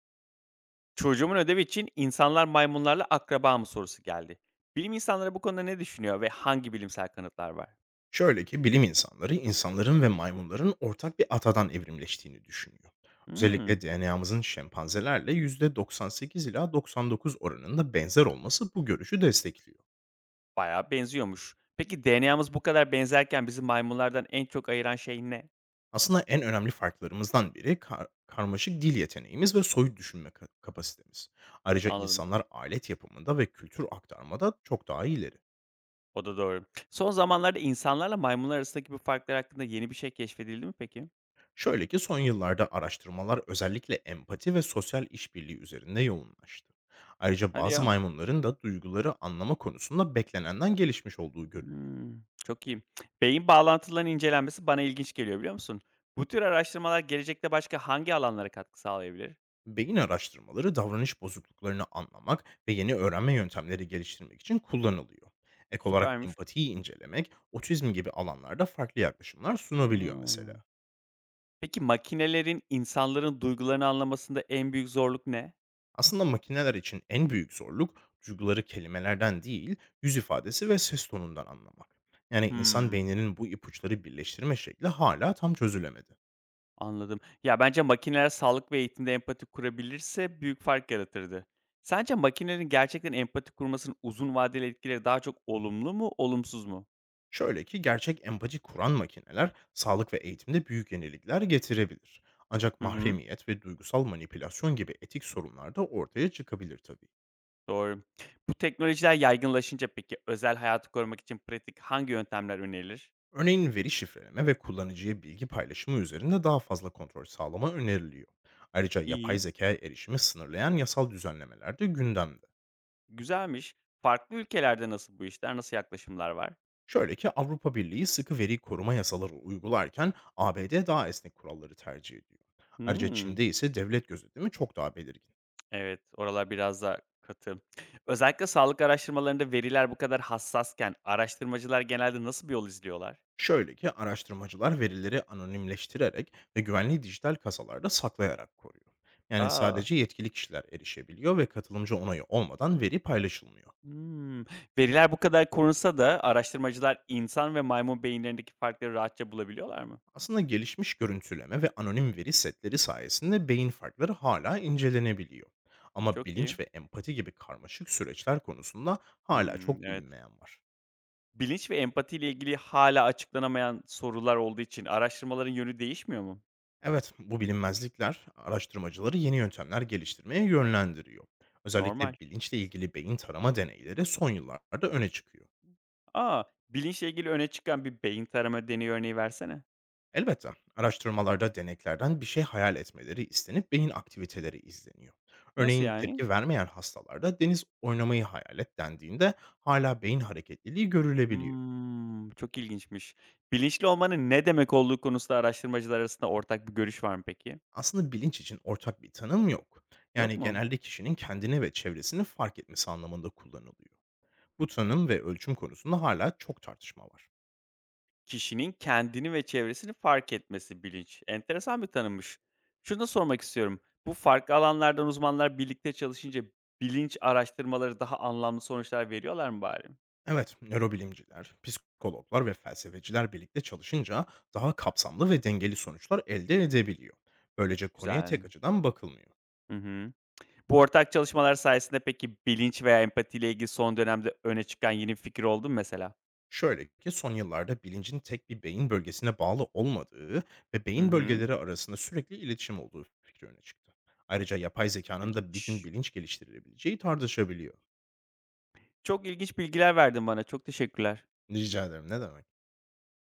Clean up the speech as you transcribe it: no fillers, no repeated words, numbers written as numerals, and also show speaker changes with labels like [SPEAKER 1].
[SPEAKER 1] Çocuğumun ödevi için insanlar maymunlarla akraba mı sorusu geldi. Bilim insanları bu konuda ne düşünüyor ve hangi bilimsel kanıtlar var?
[SPEAKER 2] Şöyle ki bilim insanları insanların ve maymunların ortak bir atadan evrimleştiğini düşünüyor.
[SPEAKER 1] Hmm,
[SPEAKER 2] Özellikle DNA'mızın şempanzelerle %98 ila 99 oranında benzer olması bu görüşü destekliyor.
[SPEAKER 1] bayağı benziyormuş. Peki DNA'mız bu kadar benzerken bizi maymunlardan en çok ayıran şey ne?
[SPEAKER 2] Aslında en önemli farklarımızdan biri karmaşık dil yeteneğimiz ve soyut düşünme kapasitemiz. Ayrıca
[SPEAKER 1] Anladım.
[SPEAKER 2] insanlar alet yapımında ve kültür aktarmada çok daha ileri.
[SPEAKER 1] O da doğru. Son zamanlarda insanlarla maymunlar arasındaki bu farklar hakkında yeni bir şey keşfedildi mi peki?
[SPEAKER 2] Şöyle ki son yıllarda araştırmalar özellikle empati ve sosyal işbirliği üzerinde yoğunlaştı. Ayrıca
[SPEAKER 1] Hadi
[SPEAKER 2] bazı
[SPEAKER 1] ya.
[SPEAKER 2] maymunların da duyguları anlama konusunda beklenenden gelişmiş olduğu görülüyor.
[SPEAKER 1] Hmm, çok iyi. Beyin bağlantılarının incelenmesi bana ilginç geliyor biliyor musun? Bu tür araştırmalar gelecekte başka hangi alanlara katkı sağlayabilir?
[SPEAKER 2] Beyin araştırmaları davranış bozukluklarını anlamak ve yeni öğrenme yöntemleri geliştirmek için kullanılıyor. Ek olarak
[SPEAKER 1] Süpermiş.
[SPEAKER 2] empatiyi incelemek, otizm gibi alanlarda farklı yaklaşımlar sunabiliyor mesela.
[SPEAKER 1] Hmm. Peki makinelerin insanların duygularını anlamasında en büyük zorluk ne?
[SPEAKER 2] Aslında makineler için en büyük zorluk duyguları kelimelerden değil, yüz ifadesi ve ses tonundan anlamak. Yani insan
[SPEAKER 1] Hımm,
[SPEAKER 2] beyninin bu ipuçları birleştirme şekli hala tam çözülemedi.
[SPEAKER 1] anladım. Ya, bence makineler sağlık ve eğitimde empati kurabilirse büyük fark yaratırdı. Sence makinelerin gerçekten empati kurmasının uzun vadeli etkileri daha çok olumlu mu, olumsuz mu?
[SPEAKER 2] Şöyle ki gerçek empati kuran makineler sağlık ve eğitimde büyük yenilikler getirebilir. Ancak
[SPEAKER 1] Hı hı,
[SPEAKER 2] mahremiyet ve duygusal manipülasyon gibi etik sorunlar da ortaya çıkabilir tabii.
[SPEAKER 1] doğru. Bu teknolojiler yaygınlaşınca peki özel hayatı korumak için pratik hangi yöntemler önerilir?
[SPEAKER 2] Örneğin veri şifreleme ve kullanıcıya bilgi paylaşımı üzerinde daha fazla kontrol sağlama öneriliyor. Ayrıca yapay
[SPEAKER 1] İyi,
[SPEAKER 2] zekaya erişimi sınırlayan yasal düzenlemeler de gündemde.
[SPEAKER 1] güzelmiş. Farklı ülkelerde nasıl bu işler, nasıl yaklaşımlar var?
[SPEAKER 2] Şöyle ki Avrupa Birliği sıkı veri koruma yasaları uygularken ABD daha esnek kuralları tercih ediyor. Ayrıca
[SPEAKER 1] Hımm.
[SPEAKER 2] Çin'de ise devlet gözetimi çok daha belirgin.
[SPEAKER 1] Evet, oralar biraz daha katı. Özellikle sağlık araştırmalarında veriler bu kadar hassasken araştırmacılar genelde nasıl bir yol izliyorlar?
[SPEAKER 2] Şöyle ki araştırmacılar verileri anonimleştirerek ve güvenli dijital kasalarda saklayarak koruyor. Yani
[SPEAKER 1] A!
[SPEAKER 2] sadece yetkili kişiler erişebiliyor ve katılımcı onayı olmadan veri paylaşılmıyor.
[SPEAKER 1] Hımm. Veriler bu kadar korunsa da araştırmacılar insan ve maymun beyinlerindeki farkları rahatça bulabiliyorlar mı?
[SPEAKER 2] Aslında gelişmiş görüntüleme ve anonim veri setleri sayesinde beyin farkları hala incelenebiliyor. Ama
[SPEAKER 1] Çok iyi.
[SPEAKER 2] bilinç ve empati gibi karmaşık süreçler konusunda hala
[SPEAKER 1] Hımm,
[SPEAKER 2] çok
[SPEAKER 1] evet.
[SPEAKER 2] bilinmeyen var.
[SPEAKER 1] Bilinç ve empati ile ilgili hala açıklanamayan sorular olduğu için araştırmaların yönü değişmiyor mu?
[SPEAKER 2] Evet, bu bilinmezlikler araştırmacıları yeni yöntemler geliştirmeye yönlendiriyor.
[SPEAKER 1] Normal.
[SPEAKER 2] Özellikle bilinçle ilgili beyin tarama deneyleri son yıllarda öne çıkıyor.
[SPEAKER 1] A! Bilinçle ilgili öne çıkan bir beyin tarama deneyi örneği versene.
[SPEAKER 2] Elbette araştırmalarda deneklerden bir şey hayal etmeleri istenip beyin aktiviteleri izleniyor.
[SPEAKER 1] Nasıl
[SPEAKER 2] Örneğin
[SPEAKER 1] yani?
[SPEAKER 2] tepki vermeyen hastalarda deniz oynamayı hayal et dendiğinde hala beyin hareketliliği görülebiliyor.
[SPEAKER 1] Hımm, çok ilginçmiş. Bilinçli olmanın ne demek olduğu konusunda araştırmacılar arasında ortak bir görüş var mı peki?
[SPEAKER 2] Aslında bilinç için ortak bir tanım yok.
[SPEAKER 1] Yok
[SPEAKER 2] Yani
[SPEAKER 1] mu?
[SPEAKER 2] genelde kişinin kendini ve çevresini fark etmesi anlamında kullanılıyor. Bu tanım ve ölçüm konusunda hala çok tartışma var.
[SPEAKER 1] Kişinin kendini ve çevresini fark etmesi bilinç. Enteresan bir tanımmış. Şunu da sormak istiyorum. Bu farklı alanlardan uzmanlar birlikte çalışınca bilinç araştırmaları daha anlamlı sonuçlar veriyorlar mı bari?
[SPEAKER 2] Evet, nörobilimciler, psikologlar ve felsefeciler birlikte çalışınca daha kapsamlı ve dengeli sonuçlar elde edebiliyor. Böylece konuya
[SPEAKER 1] Güzel.
[SPEAKER 2] tek açıdan bakılmıyor.
[SPEAKER 1] Hı hı. Bu ortak çalışmalar sayesinde peki bilinç veya empatiyle ilgili son dönemde öne çıkan yeni bir fikir oldu mu mesela?
[SPEAKER 2] Şöyle ki son yıllarda bilincin tek bir beyin bölgesine bağlı olmadığı ve
[SPEAKER 1] Hı
[SPEAKER 2] beyin
[SPEAKER 1] hı.
[SPEAKER 2] bölgeleri arasında sürekli iletişim olduğu fikri öne çıktı. Ayrıca yapay zekanın da bir gün
[SPEAKER 1] İlginç.
[SPEAKER 2] bilinç geliştirilebileceği tartışabiliyor.
[SPEAKER 1] Çok ilginç bilgiler verdin bana. Çok teşekkürler.
[SPEAKER 2] Rica ederim, ne demek?